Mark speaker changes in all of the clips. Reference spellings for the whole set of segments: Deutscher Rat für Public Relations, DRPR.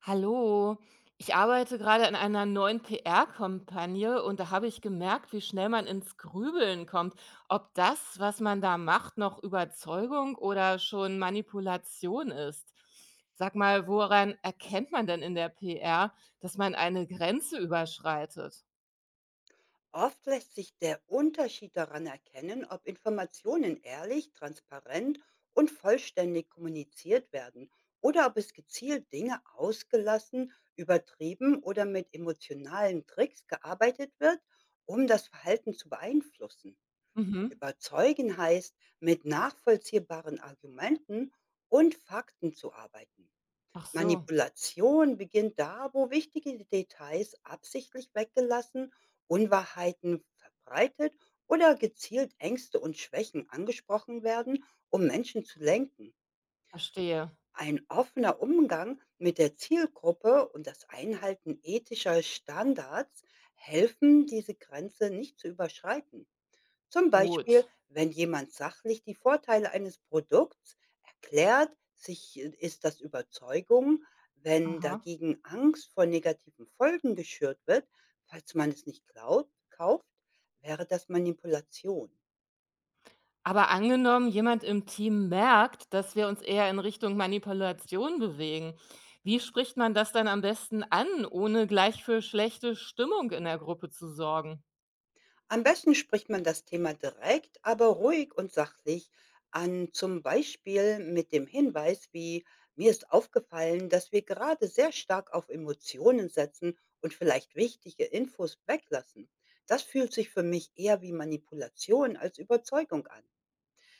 Speaker 1: Hallo, ich arbeite gerade an einer neuen PR-Kampagne und da habe ich gemerkt, wie schnell man ins Grübeln kommt, ob das, was man da macht, noch Überzeugung oder schon Manipulation ist. Sag mal, woran erkennt man denn in der PR, dass man eine Grenze überschreitet?
Speaker 2: Oft lässt sich der Unterschied daran erkennen, ob Informationen ehrlich, transparent und vollständig kommuniziert werden oder ob es gezielt Dinge ausgelassen, übertrieben oder mit emotionalen Tricks gearbeitet wird, um das Verhalten zu beeinflussen.
Speaker 1: Mhm.
Speaker 2: Überzeugen heißt, mit nachvollziehbaren Argumenten und Fakten zu arbeiten.
Speaker 1: Ach so,
Speaker 2: Manipulation beginnt da, wo wichtige Details absichtlich weggelassen, Unwahrheiten verbreitet oder gezielt Ängste und Schwächen angesprochen werden, um Menschen zu lenken.
Speaker 1: verstehe.
Speaker 2: Ein offener Umgang mit der Zielgruppe und das Einhalten ethischer Standards helfen, diese Grenze nicht zu überschreiten. Zum Beispiel,
Speaker 1: Gut.
Speaker 2: wenn jemand sachlich die Vorteile eines Produkts erklärt, sich ist das Überzeugung, wenn
Speaker 1: Aha.
Speaker 2: dagegen Angst vor negativen Folgen geschürt wird, falls man es nicht klaut kauft, wäre das Manipulation.
Speaker 1: Aber angenommen, jemand im Team merkt, dass wir uns eher in Richtung Manipulation bewegen. Wie spricht man das dann am besten an, ohne gleich für schlechte Stimmung in der Gruppe zu sorgen?
Speaker 2: Am besten spricht man das Thema direkt, aber ruhig und sachlich an, zum Beispiel mit dem Hinweis wie, mir ist aufgefallen, dass wir gerade sehr stark auf Emotionen setzen und vielleicht wichtige Infos weglassen. Das fühlt sich für mich eher wie Manipulation als Überzeugung an.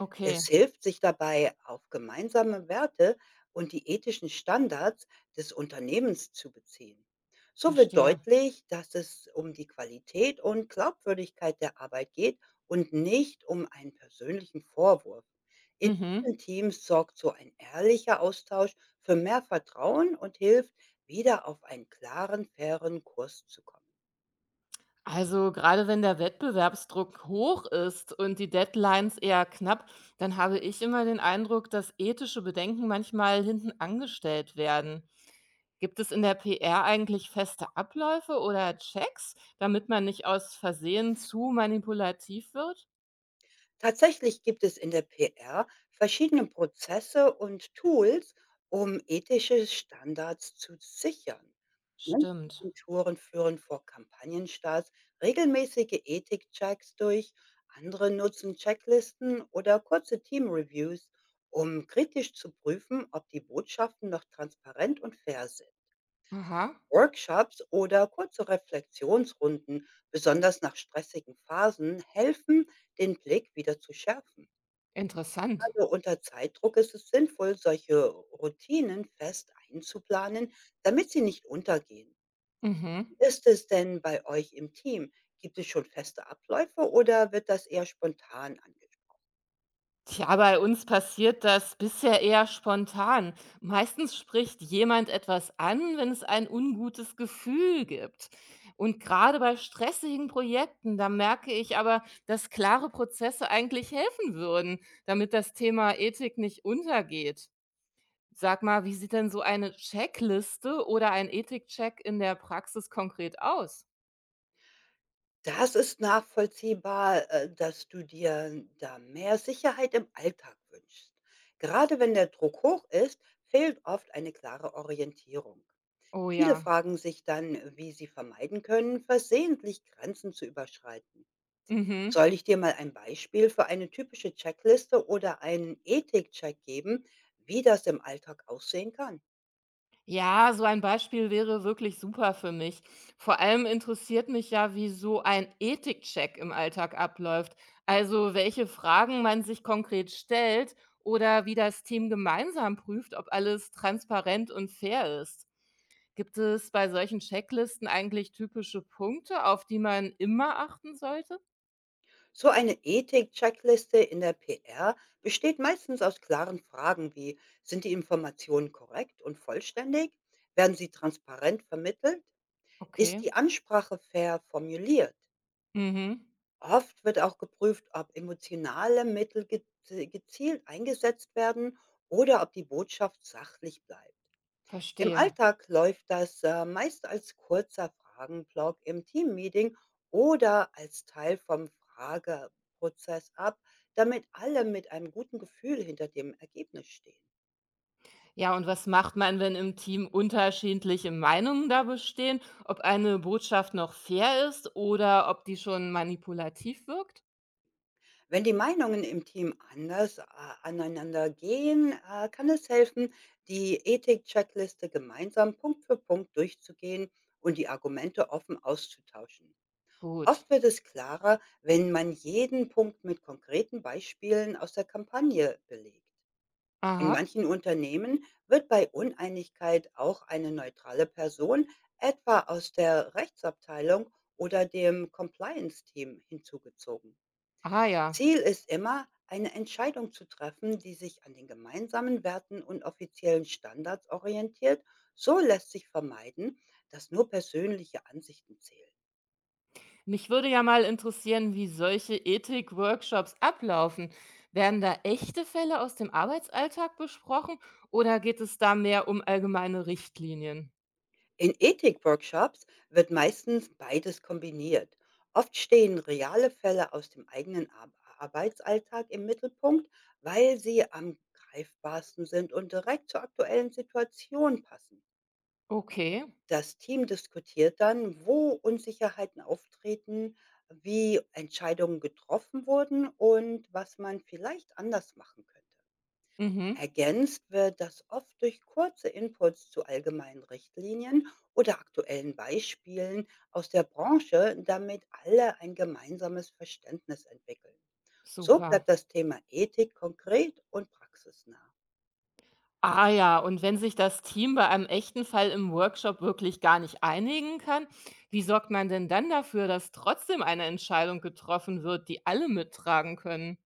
Speaker 1: Okay,
Speaker 2: Es hilft, sich dabei auf gemeinsame Werte und die ethischen Standards des Unternehmens zu beziehen. So wird
Speaker 1: verstehe.
Speaker 2: deutlich, dass es um die Qualität und Glaubwürdigkeit der Arbeit geht und nicht um einen persönlichen Vorwurf. In
Speaker 1: Mhm.
Speaker 2: vielen Teams sorgt so ein ehrlicher Austausch für mehr Vertrauen und hilft, wieder auf einen klaren, fairen Kurs zu kommen.
Speaker 1: Also gerade wenn der Wettbewerbsdruck hoch ist und die Deadlines eher knapp, dann habe ich immer den Eindruck, dass ethische Bedenken manchmal hinten angestellt werden. Gibt es in der PR eigentlich feste Abläufe oder Checks, damit man nicht aus Versehen zu manipulativ wird?
Speaker 2: Tatsächlich gibt es in der PR verschiedene Prozesse und Tools, um ethische Standards zu sichern. Manche
Speaker 1: Stimmt.
Speaker 2: Agenturen führen vor Kampagnenstarts regelmäßige Ethikchecks durch, andere nutzen Checklisten oder kurze Teamreviews, um kritisch zu prüfen, ob die Botschaften noch transparent und fair sind.
Speaker 1: Aha,
Speaker 2: Workshops oder kurze Reflexionsrunden, besonders nach stressigen Phasen, helfen, den Blick wieder zu schärfen.
Speaker 1: interessant.
Speaker 2: Oder unter Zeitdruck ist es sinnvoll, solche Routinen fest einzuplanen, damit sie nicht untergehen.
Speaker 1: Mhm.
Speaker 2: Wie ist es denn bei euch im Team? Gibt es schon feste Abläufe oder wird das eher spontan ange
Speaker 1: Tja, bei uns passiert das bisher eher spontan. Meistens spricht jemand etwas an, wenn es ein ungutes Gefühl gibt. Und gerade bei stressigen Projekten, da merke ich aber, dass klare Prozesse eigentlich helfen würden, damit das Thema Ethik nicht untergeht. Sag mal, wie sieht denn so eine Checkliste oder ein Ethikcheck in der Praxis konkret aus?
Speaker 2: Das ist nachvollziehbar, dass du dir da mehr Sicherheit im Alltag wünschst. Gerade wenn der Druck hoch ist, fehlt oft eine klare Orientierung.
Speaker 1: Oh
Speaker 2: Viele
Speaker 1: ja.
Speaker 2: fragen sich dann, wie sie vermeiden können, versehentlich Grenzen zu überschreiten.
Speaker 1: Mhm.
Speaker 2: Soll ich dir mal ein Beispiel für eine typische Checkliste oder einen Ethik-Check geben, wie das im Alltag aussehen kann?
Speaker 1: Ja, so ein Beispiel wäre wirklich super für mich. Vor allem interessiert mich ja, wie so ein Ethikcheck im Alltag abläuft. Also welche Fragen man sich konkret stellt oder wie das Team gemeinsam prüft, ob alles transparent und fair ist. Gibt es bei solchen Checklisten eigentlich typische Punkte, auf die man immer achten sollte?
Speaker 2: So eine Ethik-Checkliste in der PR besteht meistens aus klaren Fragen wie, sind die Informationen korrekt und vollständig? Werden sie transparent vermittelt? Ist
Speaker 1: Okay.
Speaker 2: die Ansprache fair formuliert?
Speaker 1: Mhm,
Speaker 2: Oft wird auch geprüft, ob emotionale Mittel gezielt eingesetzt werden oder ob die Botschaft sachlich bleibt. Im
Speaker 1: verstehe.
Speaker 2: Alltag läuft das meist als kurzer Fragenblock im Teammeeting oder als Teil vom Frageprozess ab, damit alle mit einem guten Gefühl hinter dem Ergebnis stehen.
Speaker 1: Ja, und was macht man, wenn im Team unterschiedliche Meinungen da bestehen, ob eine Botschaft noch fair ist oder ob die schon manipulativ wirkt?
Speaker 2: Wenn die Meinungen im Team anders aneinander gehen, kann es helfen, die Ethik-Checkliste gemeinsam Punkt für Punkt durchzugehen und die Argumente offen auszutauschen.
Speaker 1: Gut.
Speaker 2: Oft wird es klarer, wenn man jeden Punkt mit konkreten Beispielen aus der Kampagne belegt. In
Speaker 1: Aha.
Speaker 2: manchen Unternehmen wird bei Uneinigkeit auch eine neutrale Person, etwa aus der Rechtsabteilung oder dem Compliance-Team, hinzugezogen.
Speaker 1: Ah ja.
Speaker 2: Ziel ist immer, eine Entscheidung zu treffen, die sich an den gemeinsamen Werten und offiziellen Standards orientiert. So lässt sich vermeiden, dass nur persönliche Ansichten zählen.
Speaker 1: Mich würde ja mal interessieren, wie solche Ethik-Workshops ablaufen. Werden da echte Fälle aus dem Arbeitsalltag besprochen oder geht es da mehr um allgemeine Richtlinien?
Speaker 2: In Ethik-Workshops wird meistens beides kombiniert. Oft stehen reale Fälle aus dem eigenen Arbeitsalltag im Mittelpunkt, weil sie am greifbarsten sind und direkt zur aktuellen Situation passen.
Speaker 1: Okay.
Speaker 2: Das Team diskutiert dann, wo Unsicherheiten auftreten, wie Entscheidungen getroffen wurden und was man vielleicht anders machen könnte.
Speaker 1: Mhm.
Speaker 2: Ergänzt wird das oft durch kurze Inputs zu allgemeinen Richtlinien oder aktuellen Beispielen aus der Branche, damit alle ein gemeinsames Verständnis entwickeln. So
Speaker 1: Super.
Speaker 2: bleibt das Thema Ethik konkret und praxisnah.
Speaker 1: Ah ja, und wenn sich das Team bei einem echten Fall im Workshop wirklich gar nicht einigen kann, wie sorgt man denn dann dafür, dass trotzdem eine Entscheidung getroffen wird, die alle mittragen können?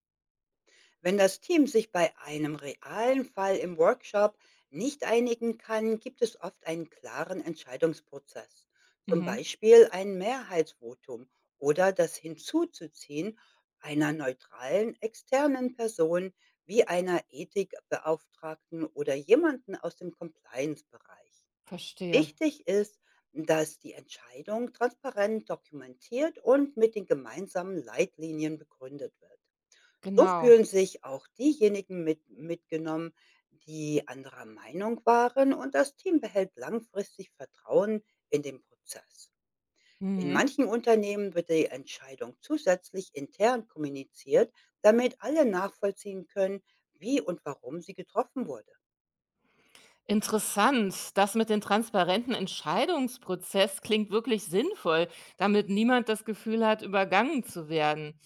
Speaker 2: Wenn das Team sich bei einem realen Fall im Workshop nicht einigen kann, gibt es oft einen klaren Entscheidungsprozess, zum
Speaker 1: Mhm,
Speaker 2: Beispiel ein Mehrheitsvotum oder das Hinzuzuziehen einer neutralen externen Person wie einer Ethikbeauftragten oder jemanden aus dem Compliance-Bereich.
Speaker 1: verstehe.
Speaker 2: Wichtig ist, dass die Entscheidung transparent dokumentiert und mit den gemeinsamen Leitlinien begründet wird. So
Speaker 1: Genau.
Speaker 2: fühlen sich auch diejenigen mit mitgenommen, die anderer Meinung waren, und das Team behält langfristig Vertrauen in den Prozess. In
Speaker 1: Mhm.
Speaker 2: manchen Unternehmen wird die Entscheidung zusätzlich intern kommuniziert, damit alle nachvollziehen können, wie und warum sie getroffen wurde.
Speaker 1: Interessant. Das mit dem transparenten Entscheidungsprozess klingt wirklich sinnvoll, damit niemand das Gefühl hat, übergangen zu werden.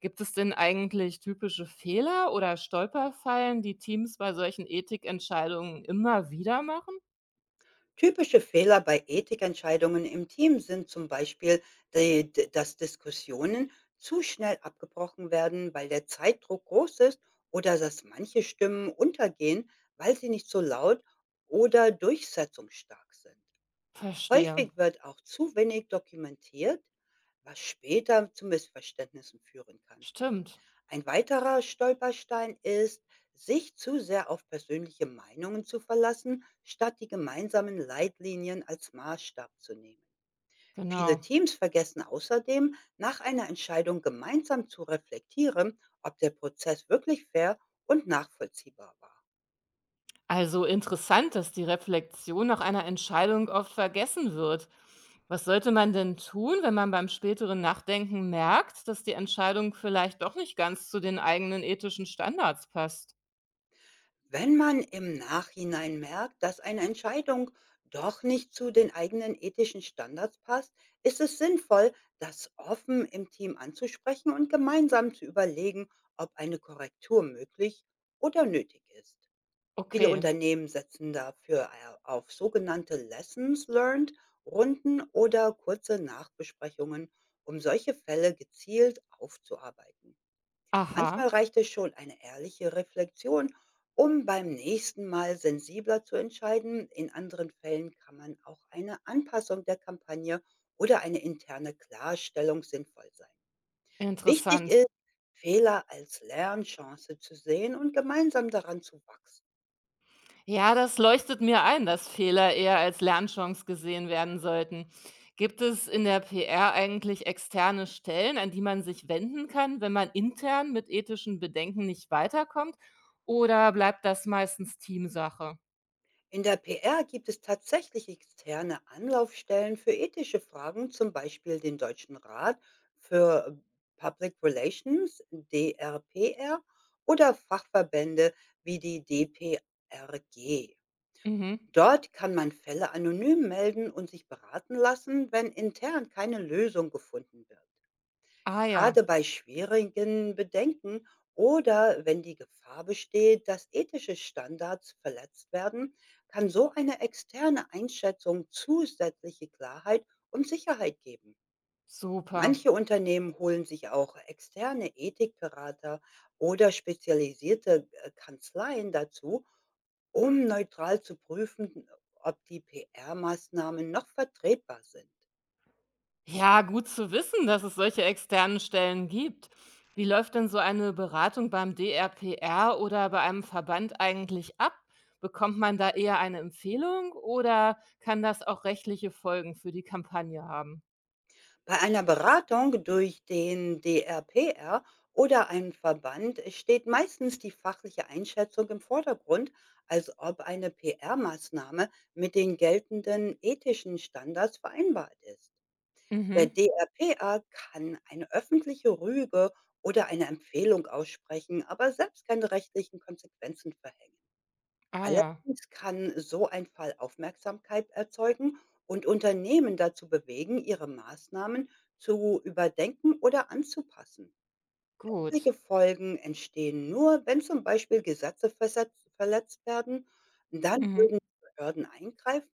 Speaker 1: Gibt es denn eigentlich typische Fehler oder Stolperfallen, die Teams bei solchen Ethikentscheidungen immer wieder machen?
Speaker 2: Typische Fehler bei Ethikentscheidungen im Team sind zum Beispiel, dass Diskussionen zu schnell abgebrochen werden, weil der Zeitdruck groß ist oder dass manche Stimmen untergehen, weil sie nicht so laut oder durchsetzungsstark sind.
Speaker 1: Verstehe.
Speaker 2: Häufig wird auch zu wenig dokumentiert, was später zu Missverständnissen führen kann.
Speaker 1: Stimmt,
Speaker 2: Ein weiterer Stolperstein ist, sich zu sehr auf persönliche Meinungen zu verlassen, statt die gemeinsamen Leitlinien als Maßstab zu nehmen. Viele
Speaker 1: genau.
Speaker 2: Teams vergessen außerdem, nach einer Entscheidung gemeinsam zu reflektieren, ob der Prozess wirklich fair und nachvollziehbar war.
Speaker 1: Also interessant, dass die Reflexion nach einer Entscheidung oft vergessen wird. Was sollte man denn tun, wenn man beim späteren Nachdenken merkt, dass die Entscheidung vielleicht doch nicht ganz zu den eigenen ethischen Standards passt?
Speaker 2: Wenn man im Nachhinein merkt, dass eine Entscheidung doch nicht zu den eigenen ethischen Standards passt, ist es sinnvoll, das offen im Team anzusprechen und gemeinsam zu überlegen, ob eine Korrektur möglich oder nötig ist. Viele
Speaker 1: Okay,
Speaker 2: Unternehmen setzen dafür auf sogenannte Lessons Learned, Runden oder kurze Nachbesprechungen, um solche Fälle gezielt aufzuarbeiten. Manchmal
Speaker 1: aha,
Speaker 2: reicht es schon eine ehrliche Reflexion, um beim nächsten Mal sensibler zu entscheiden. In anderen Fällen kann man auch eine Anpassung der Kampagne oder eine interne Klarstellung sinnvoll sein. Wichtig
Speaker 1: interessant.
Speaker 2: ist, Fehler als Lernchance zu sehen und gemeinsam daran zu wachsen.
Speaker 1: Ja, das leuchtet mir ein, dass Fehler eher als Lernchance gesehen werden sollten. Gibt es in der PR eigentlich externe Stellen, an die man sich wenden kann, wenn man intern mit ethischen Bedenken nicht weiterkommt? Oder bleibt das meistens Teamsache?
Speaker 2: In der PR gibt es tatsächlich externe Anlaufstellen für ethische Fragen, zum Beispiel den Deutschen Rat für Public Relations, DRPR, oder Fachverbände wie die DPRG.
Speaker 1: Mhm.
Speaker 2: Dort kann man Fälle anonym melden und sich beraten lassen, wenn intern keine Lösung gefunden wird.
Speaker 1: Ah
Speaker 2: Gerade
Speaker 1: ja,
Speaker 2: bei schwierigen Bedenken oder wenn die Gefahr besteht, dass ethische Standards verletzt werden, kann so eine externe Einschätzung zusätzliche Klarheit und Sicherheit geben.
Speaker 1: super.
Speaker 2: Manche Unternehmen holen sich auch externe Ethikberater oder spezialisierte Kanzleien dazu, um neutral zu prüfen, ob die PR-Maßnahmen noch vertretbar sind.
Speaker 1: Ja, gut zu wissen, dass es solche externen Stellen gibt. Wie läuft denn so eine Beratung beim DRPR oder bei einem Verband eigentlich ab? Bekommt man da eher eine Empfehlung oder kann das auch rechtliche Folgen für die Kampagne haben?
Speaker 2: Bei einer Beratung durch den DRPR oder einen Verband steht meistens die fachliche Einschätzung im Vordergrund, als ob eine PR-Maßnahme mit den geltenden ethischen Standards vereinbart ist. Der
Speaker 1: Mhm.
Speaker 2: DRPR kann eine öffentliche Rüge oder eine Empfehlung aussprechen, aber selbst keine rechtlichen Konsequenzen verhängen.
Speaker 1: Ah ja,
Speaker 2: Allerdings kann so ein Fall Aufmerksamkeit erzeugen und Unternehmen dazu bewegen, ihre Maßnahmen zu überdenken oder anzupassen.
Speaker 1: gut.
Speaker 2: Richtige Folgen entstehen nur, wenn zum Beispiel Gesetze versetzt, verletzt werden. Dann
Speaker 1: Mhm.
Speaker 2: würden Behörden eingreifen